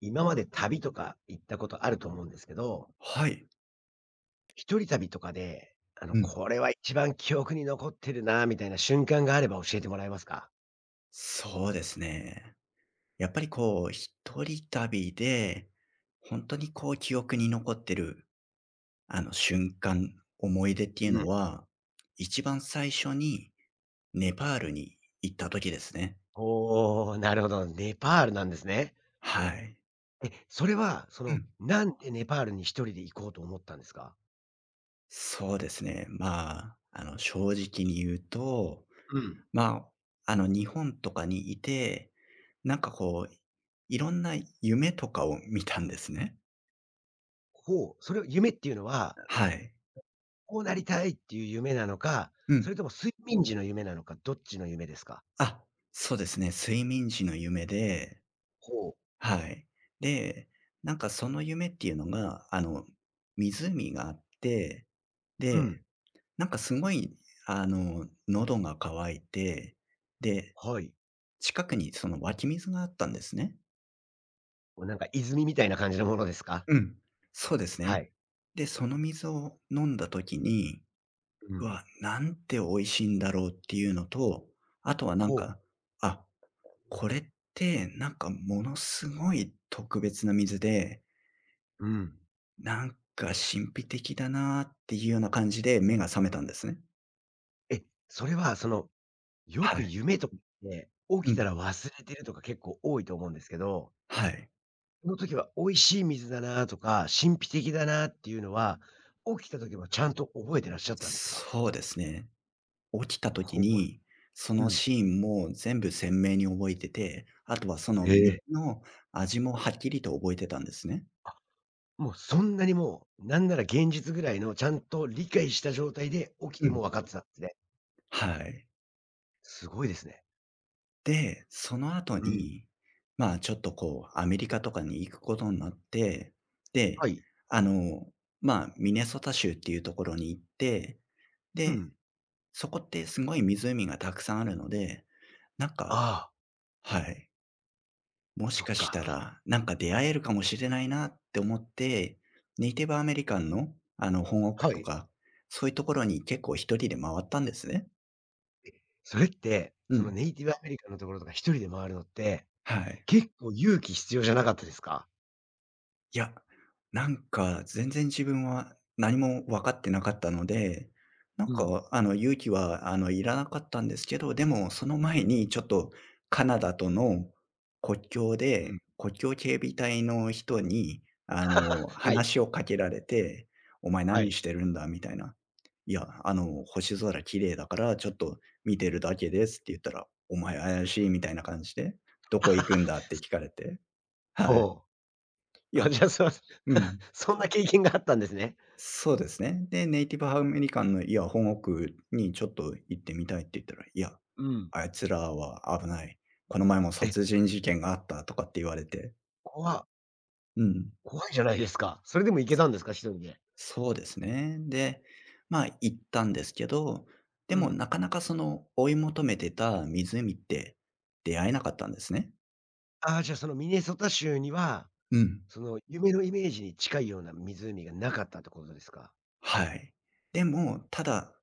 今まで旅とか行ったことあると思うんですけど、はい。一人旅とかで、うん。これは一番記憶に残ってるなみたいな瞬間があれば教えてもらえますか？そうですね。やっぱりこう、一人旅で、本当にこう記憶に残ってる、瞬間、思い出っていううん。のは、一番最初にネパールに行った時ですね。おお、なるほど、ネパールなんですね。はい。え、それは、うん。なんでネパールに一人で行こうと思ったんですか？そうですね。正直に言うと、うん。ま日本とかにいて、なんかこう、いろんな夢とかを見たんですね。ほう、それを夢っていうのは、はい。こうなりたいっていう夢なのか、うそんれとも睡眠時の夢なのか、どっちの夢ですか？あ、そうですね。睡眠時の夢で、ほう。はい。で、なんかその夢っていうのが、湖があって、うで、ん、なんかすごい、喉が渇いて、で、はい。近くにその湧き水があったんですね。もうなんか泉みたいな感じのものですか？うん。そうですはね。い。で、その水を飲んだ時に、ううん。わ、なんて美味しいんだろうっていうのと、あとはなんほう。か、あ、これってなんかものすごい特別な水で、うん。なんか神秘的だなっていうような感じで目が覚めたんですね。え、それはその、よはくい。夢とかでう起きたん。ら忘れてるとか結構多いと思うんですけど、はい。その時は美味しい水だなとか、神秘的だなっていうのは、起きた時はちゃんと覚えてらっしゃったんですか？そうですね。起きた時ほう。に、そうのん。シーンも全部鮮明に覚えてて、あとはそのえ身え。の味もはっきりと覚えてたんですね。もうそんなにもう、なんなら現実ぐらいのちゃんと理解した状態で起きうてん。も分かってたんですね。はい。すごいですね。で、その後うん。に、ちょっとこうアメリカとかに行くことになって、で、はい。あの、ミネソタ州っていうところに行って、うでん。そこってすごい湖がたくさんあるので、なんかああ、はい、もしそっかしか。たら、なんか出会えるかもしれないなって思って、ネイティブアメリカンの、本屋はとい。か、そういうところに結構一人で回ったんですね。え、それって、うそのん、ネイティブアメリカンのところとか一人で回るのってはい。結構勇気必要じゃなかったですか？いや、なんか全然自分は何も分かってなかったので、なんうん、か勇気はいらなかったんですけど、でもその前にちょっとカナダとの国境うん。で、国境警備隊の人にはい。話をかけられて、お前は何い。してるんだみたいな。いや、星空綺麗だからちょっと見てるだけですって言ったら、お前怪しいみたいな感じで、どこ行くんだって聞かれて、はい。ほいう。あ、や、じゃあ、そうん。そんな経験があったんですね。そうですね。で、ネイティブアメリカンのいや、本国にちょっと行ってみたいって言ったら、いや、うん。あいつらは危ない。この前もえ、殺人事件があったとかって言われて。怖うん。怖いじゃないですか。それでも行けたんですか？1人で。そうですね。で、行ったんですけど、でうもん。なかなかその追い求めてた湖って出会えなかったんですね。ああ、じゃあ、そのミネソタ州には、うん。その夢のイメージに近いような湖がなかったってことですか？はい。でも、ただ、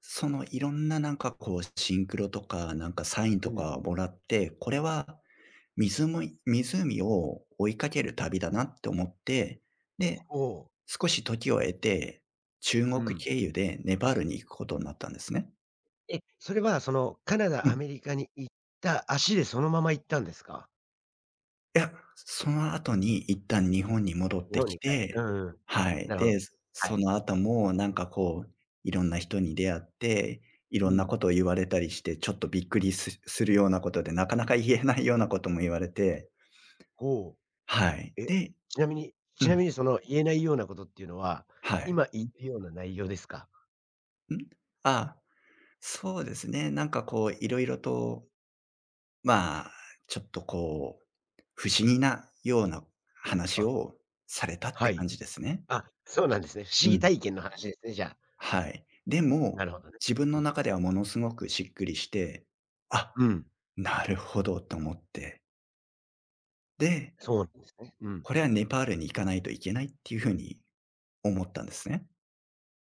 そのいろんななんかこうシンクロとかなんかサインうとん。かもらって、これは湖を追いかける旅だなって思って、で、ほう。少し時を得て、中う国ん。経由でネパールに行くことになったんですね。え、それはそのカナダ、うアん。メリカに行った足でそのまま行ったんですか？いや、その後に一旦日本に戻っ日て本きに帰って、うて、ん、うん。はい。なるほで、ど。はそい。の後もなんかこう、いろんな人に出会って、いうろんなん。ことを言われたりして、ちょっとびっくりすするようなことで、なかなか言えないようなことも言われて、ほはい。う。え、でちなみにうちなん、みにその言えないようなことっていうのは、はい。今言ったような内容ですか？ん？あ。そうですね。なんかこう、いろいろと、まあ、ちょっとこう、不思議なような話あ、をされたっはてい。感じですね。あ、そうなんですね。不思う議ん。体験の話ですね、じゃあ。はい。でなも、るほどね。自分うのん。中ではものすごくしっくりして、あ、うん。なるほどと思って。で、そうなんですね。うん。これはネパールに行かないといけないっていうふうに思ったんですね。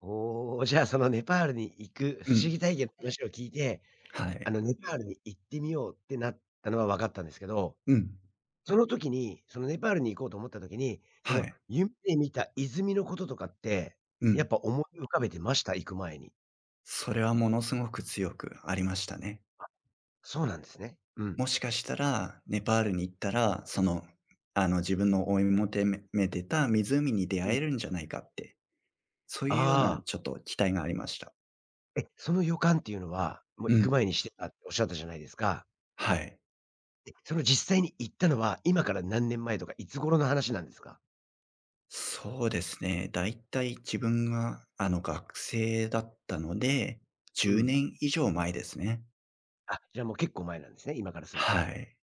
おお、じゃあそのネパールに行くう不思議ん。体験の話を聞いて、はあい。のネパールに行ってみようってなったのは分かったんですけど、うん。その時に、そのネパールに行こうと思った時に、そはのい。夢で見た泉のこととかって、うやっん。ぱ思い浮かべてました？行く前に。それはものすごく強くありましたね。そうなんですね。うん。もしかしたら、ネパールに行ったら、その、自分の追い求めめてた湖に出う会ん。えるんじゃないかって、そういうようなああ、ちょっと期待がありました。え、その予感っていうのは、もうう行くん。前にしてたっておっしゃったじゃないですか。はい。え、その実際に行ったのは、今から何年前とかいつ頃の話なんですか？そうですね。だいたい自分が、学生だったので、う10ん。年以上前ですね。あ、じゃあもう結構前なんですね、今からすると。はい。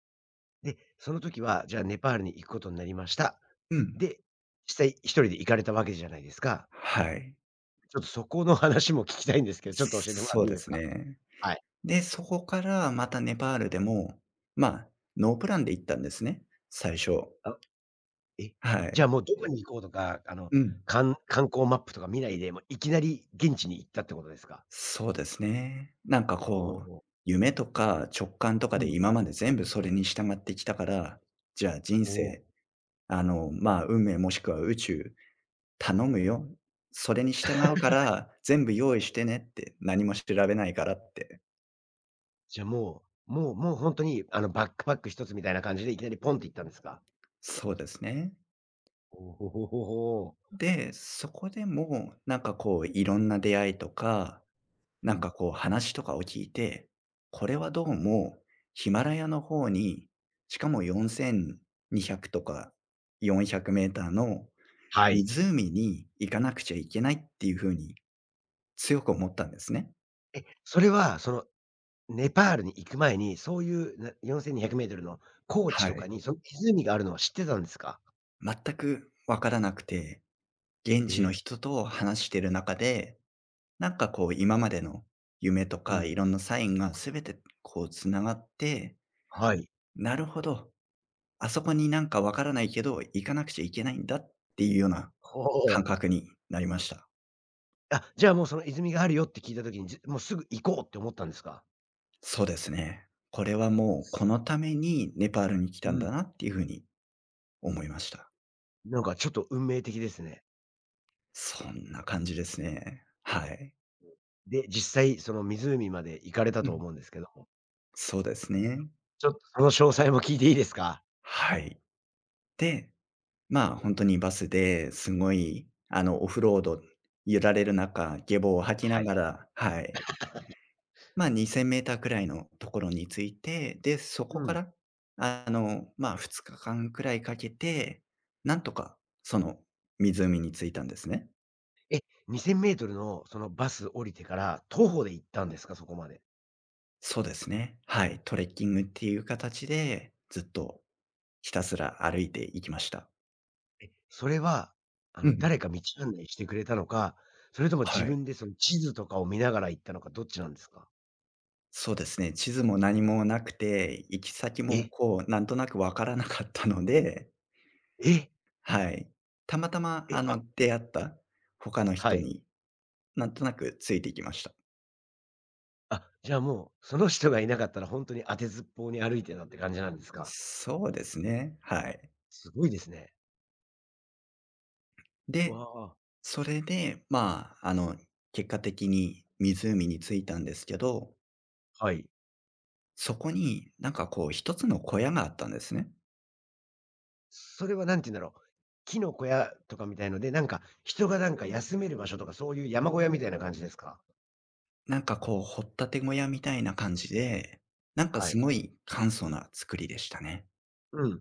で、その時は、じゃあネパールに行くことになりました。うん。で、実際一人で行かれたわけじゃないですか。はい。ちょっとそこの話も聞きたいんですけど、ちょっと教えてもらっそてういいでですすか？ね。はい。で、そこからまたネパールでも、まあ、ノープランで行ったんですね、最初。あ、え、はじゃい。あもうどこに行こうとか、うん。観光マップとか見ないで、もういきなり現地に行ったってことですか？そうですね。なんかおこう、お、夢とか直感とうかでん。今まで全部それに従ってきたから、じゃあ人おお。生、運命もしくは宇宙、頼むよ。それに従うから全部用意してねって、何も調べないからって。じゃあもう、もう本当に、バックパック一つみたいな感じでいきなりポンって行ったんですか？そうですね。おほほほほ。で、そこでも、なんかこう、いろんな出会いとか、うなんん。かこう話とかを聞いて、これはどうもヒマラヤの方に、しかも4200とか4 0 0ーターのはい。湖に行かなくちゃいけないっていう風に強く思ったんですね。え、それは、ネパールに行く前に、そういうな4200ルの高地はとかい。に、その湖があるのは知ってたんですか？全くわからなくて、現地えのえ。人と話してる中で、なんかこう今までの夢とうかいん。ろんなサインがすべてこうつながって、はい。なるほどあそこになんかわからないけど、行かなくちゃいけないんだっていうようなほ感お。覚になりました。あ、じゃあもうその泉があるよって聞いた時に、もうすぐ行こうって思ったんですか？そうですね。これはもうこのためにネパールに来たうんん。だなっていうふうに思いました。なんかちょっと運命的ですね。そんな感じですね。はい。で、実際その湖まで行かれたうとん。思うんですけども、そうですね。ちょっとその詳細も聞いていいですか？はい。で、本当にバスですごい、オフロード揺られる中、下棒を吐きはながい。らはい。2 0 0 0ーターくらいのところに着いて、で、そうこかん。ら、2日間くらいかけて、なんとかその湖に着いたんですね。え、2000ルのそのバス降りてから徒歩で行ったんですか？そこまで。そうですね。はい、トレッキングっていう形で、ずっとひたすら歩いていきました。え、それは、うん。誰か道案内してくれたのか、それとも自はい。分でその地図とかを見ながら行ったのか、どっちなんですか？そうですね、地図も何もなくて、行き先え、もこう、なんとなくわからなかったので、え、はい。たまたま、え、あ、出会った他のは人い。になんとなくついていきました。あ、じゃあもう、その人がいなかったら本当に当てずっぽうに歩いてたって感じなんですか？そうですね。はい。すごいですね。うで、わあ、それで、結果的に湖に着いたんですけど、はい。そこになんかこう一つの小屋があったんですね。それはなんて言うんだろう、木の小屋とかみたいので、なんか人がなんか休める場所とかそういう山小屋みたいな感じですか？なんかこう、掘ったて小屋みたいな感じで、なんかはすい。ごい簡素な作りでしたね。うん。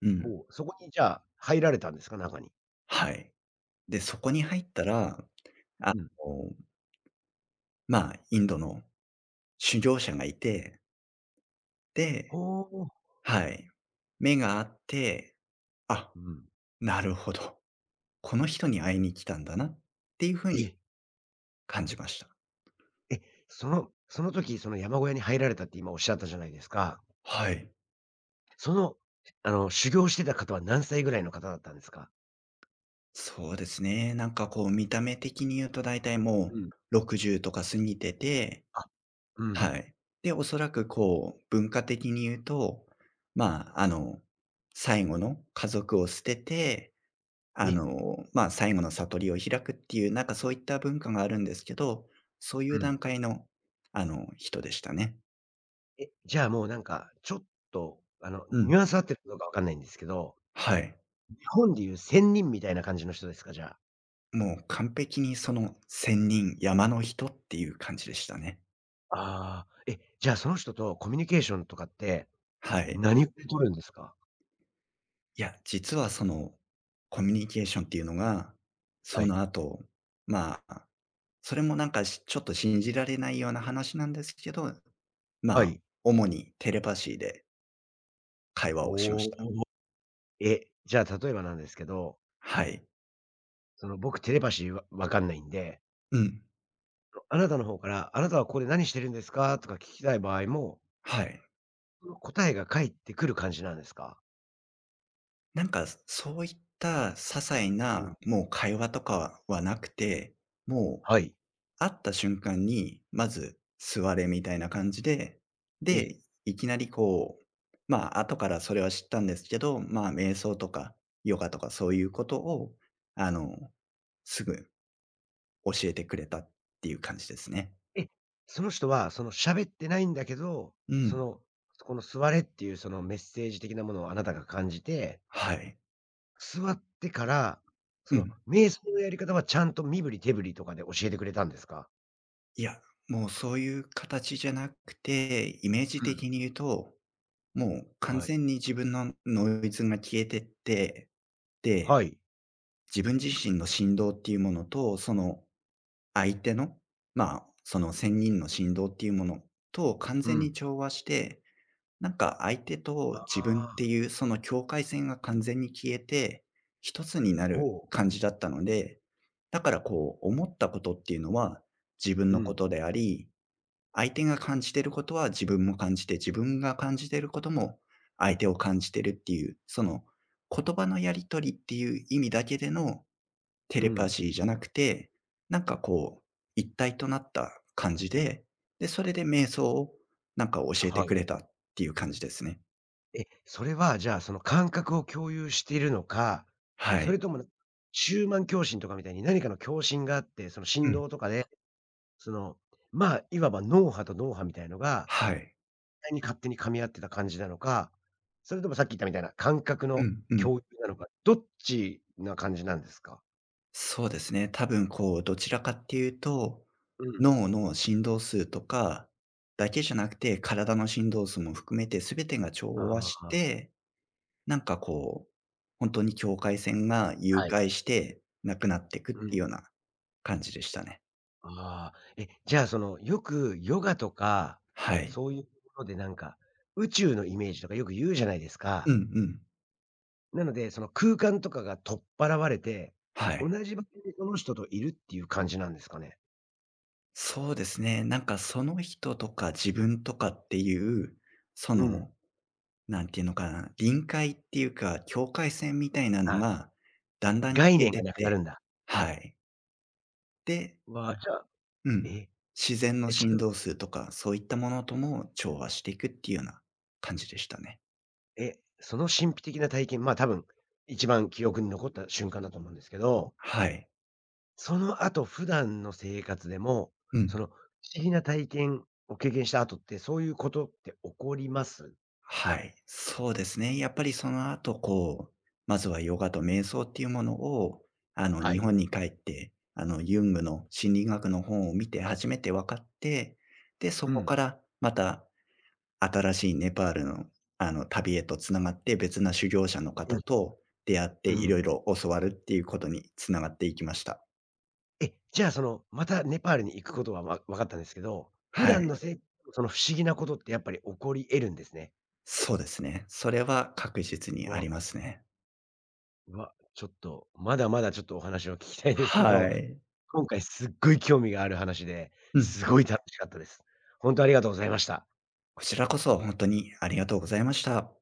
うん。ほう、そこにじゃあ、入られたんですか？中に。はい。で、そこに入ったら、あうん。の、インドの修行者がいて、で、ほう。はい。目があって、あ、うん。なるほど。この人に会いに来たんだなっていう風えにえ。感じました。え、その時、その山小屋に入られたって今おっしゃったじゃないですか。はい。その、修行してた方は何歳ぐらいの方だったんですか？そうですね。なんかこう見た目的に言うとだいたいうもん。う60とか過ぎてて、あ、うん。はい。で、おそらくこう文化的に言うと、まあ、あの、最後の家族を捨てて、え、最後の悟りを開くっていう、なんかそういった文化があるんですけど、そういうう段ん。階の、人でしたね。え、じゃあもうなんか、ちょっと、うん。ニュアンス合ってるかどうかわかんないんですけど、はい。日本でいう仙人みたいな感じの人ですか？じゃあ。もう完璧にその仙人、山の人っていう感じでしたね。ああ、え、じゃあその人とコミュニケーションとかって、はい。何を取るんですか？いや、実はそのコミュニケーションっていうのが、はそい。の後、まあ、それもなんかしちょっと信じられないような話なんですけど、まはあ、い。主にテレパシーで会話をしまおした。お。え、じゃあ例えばなんですけど、はい。その僕テレパシーわかんないんで、うん。あなたの方から、あなたはここで何してるんですかとか聞きたい場合も、はい。その答えが返ってくる感じなんですか？なんかそういった些細うん。なもう会話とかはなくて、もうはい。会った瞬間に、まず座れみたいな感じで、え。で、いきなりこう、後からそれは知ったんですけど、瞑想とかヨガとかそういうことを、あの、すぐ教えてくれたっていう感じですね。え、その人はその喋ってないんだけど、うそん。の、そこの座れっていうそのメッセージ的なものをあなたが感じて、はい。座ってから、そうのん。瞑想のやり方はちゃんと身振り手振りとかで教えてくれたんですか？いや、もうそういう形じゃなくて、イメージうん。的に言うと、もう完はい。全に自分のノイズが消えてって、はで、い。自分自身の振動っていうものと、その相手の、その1人の振動っていうものと完う全にん。調和して、なんか相手と自分っあ、ていうその境界線が完全に消えて、一つになるほう。感じだったので、だからこう思ったことっていうのは自分うのこん、とであり、相手が感じてることは自分も感じて、自分が感じてることも相手を感じてるっていう、その言葉のやり取りっていう意味だけでのテうレパん。シーじゃなくて、なんかこう、一体となった感じで、で、それで瞑想をなんか教えてはくい。れたっていう感じですね。え、それはじゃあ、その感覚を共有しているのか、はそれい。とも、中慢共振とかみたいに何かの共振があって、そのう振ん。動とかで、その、いわば脳波と脳波みたいのが、はい。に勝手に噛み合ってた感じなのか、それともさっき言ったみたいな感覚うのんうん。共有なのか、どっちな感じなんですか？そうですね。多分こう、どちらかっていうと、うん。脳の振動数とかだけじゃなくて、体の振動数も含めて全てがあ調和しあ、て、なんかこう、本当に境界線が融はい。解してなくなっていくってうん。いうような感じでしたね。ああ、え、じゃあ、よくヨガとか、はい。そういうものでなんか、宇宙のイメージとかよく言うじゃないですうんか。うん。なので、その空間とかが取っ払われて、は同い。じ場所にその人といるっていう感じなんですかね？そうですね。なんかその人とか自分とかっていう、そうん。の、なんていうのかな、臨界っていうか、境界線みたいなのあ、が、だんだん概消え念てがっなくなて、るんだ。はい。で、わあ、じゃあ、うん。え、自然のえ、ち振く動数とか、そういったものとも調和していくっていうような感じでしたね。え、その神秘的な体験、まあ、多分、一番記憶に残った瞬間だと思うんですけど、はい。その後、普段の生活でも、うん。不思議な体験を経験した後って、そういうことって起こります。はい、そうですね。やっぱりその後、こう、まずはヨガと瞑想っていうものを、は日い。本に帰って、ユングの心理学の本を見て初めて分かって、で、そうこん。からまた新しいネパールの、旅へとつながって、別な修行者のう方ん。と出会っうて、いん。ろいろ教わるっていうことに繋がっていきました。え、じゃあ、その、またネパールに行くことは分かったんですけど、普はい、段のせその不思議なことってやっぱり起こり得るんですね。そうですね。それは確実うにあわ、りますね。うわ、ちょっと、まだまだちょっとお話を聞きたいですけはど、い。今回すっごい興味がある話で、うん、すごい楽しかったです。ほんとありがとうございました。こちらこそ本当にありがとうございました。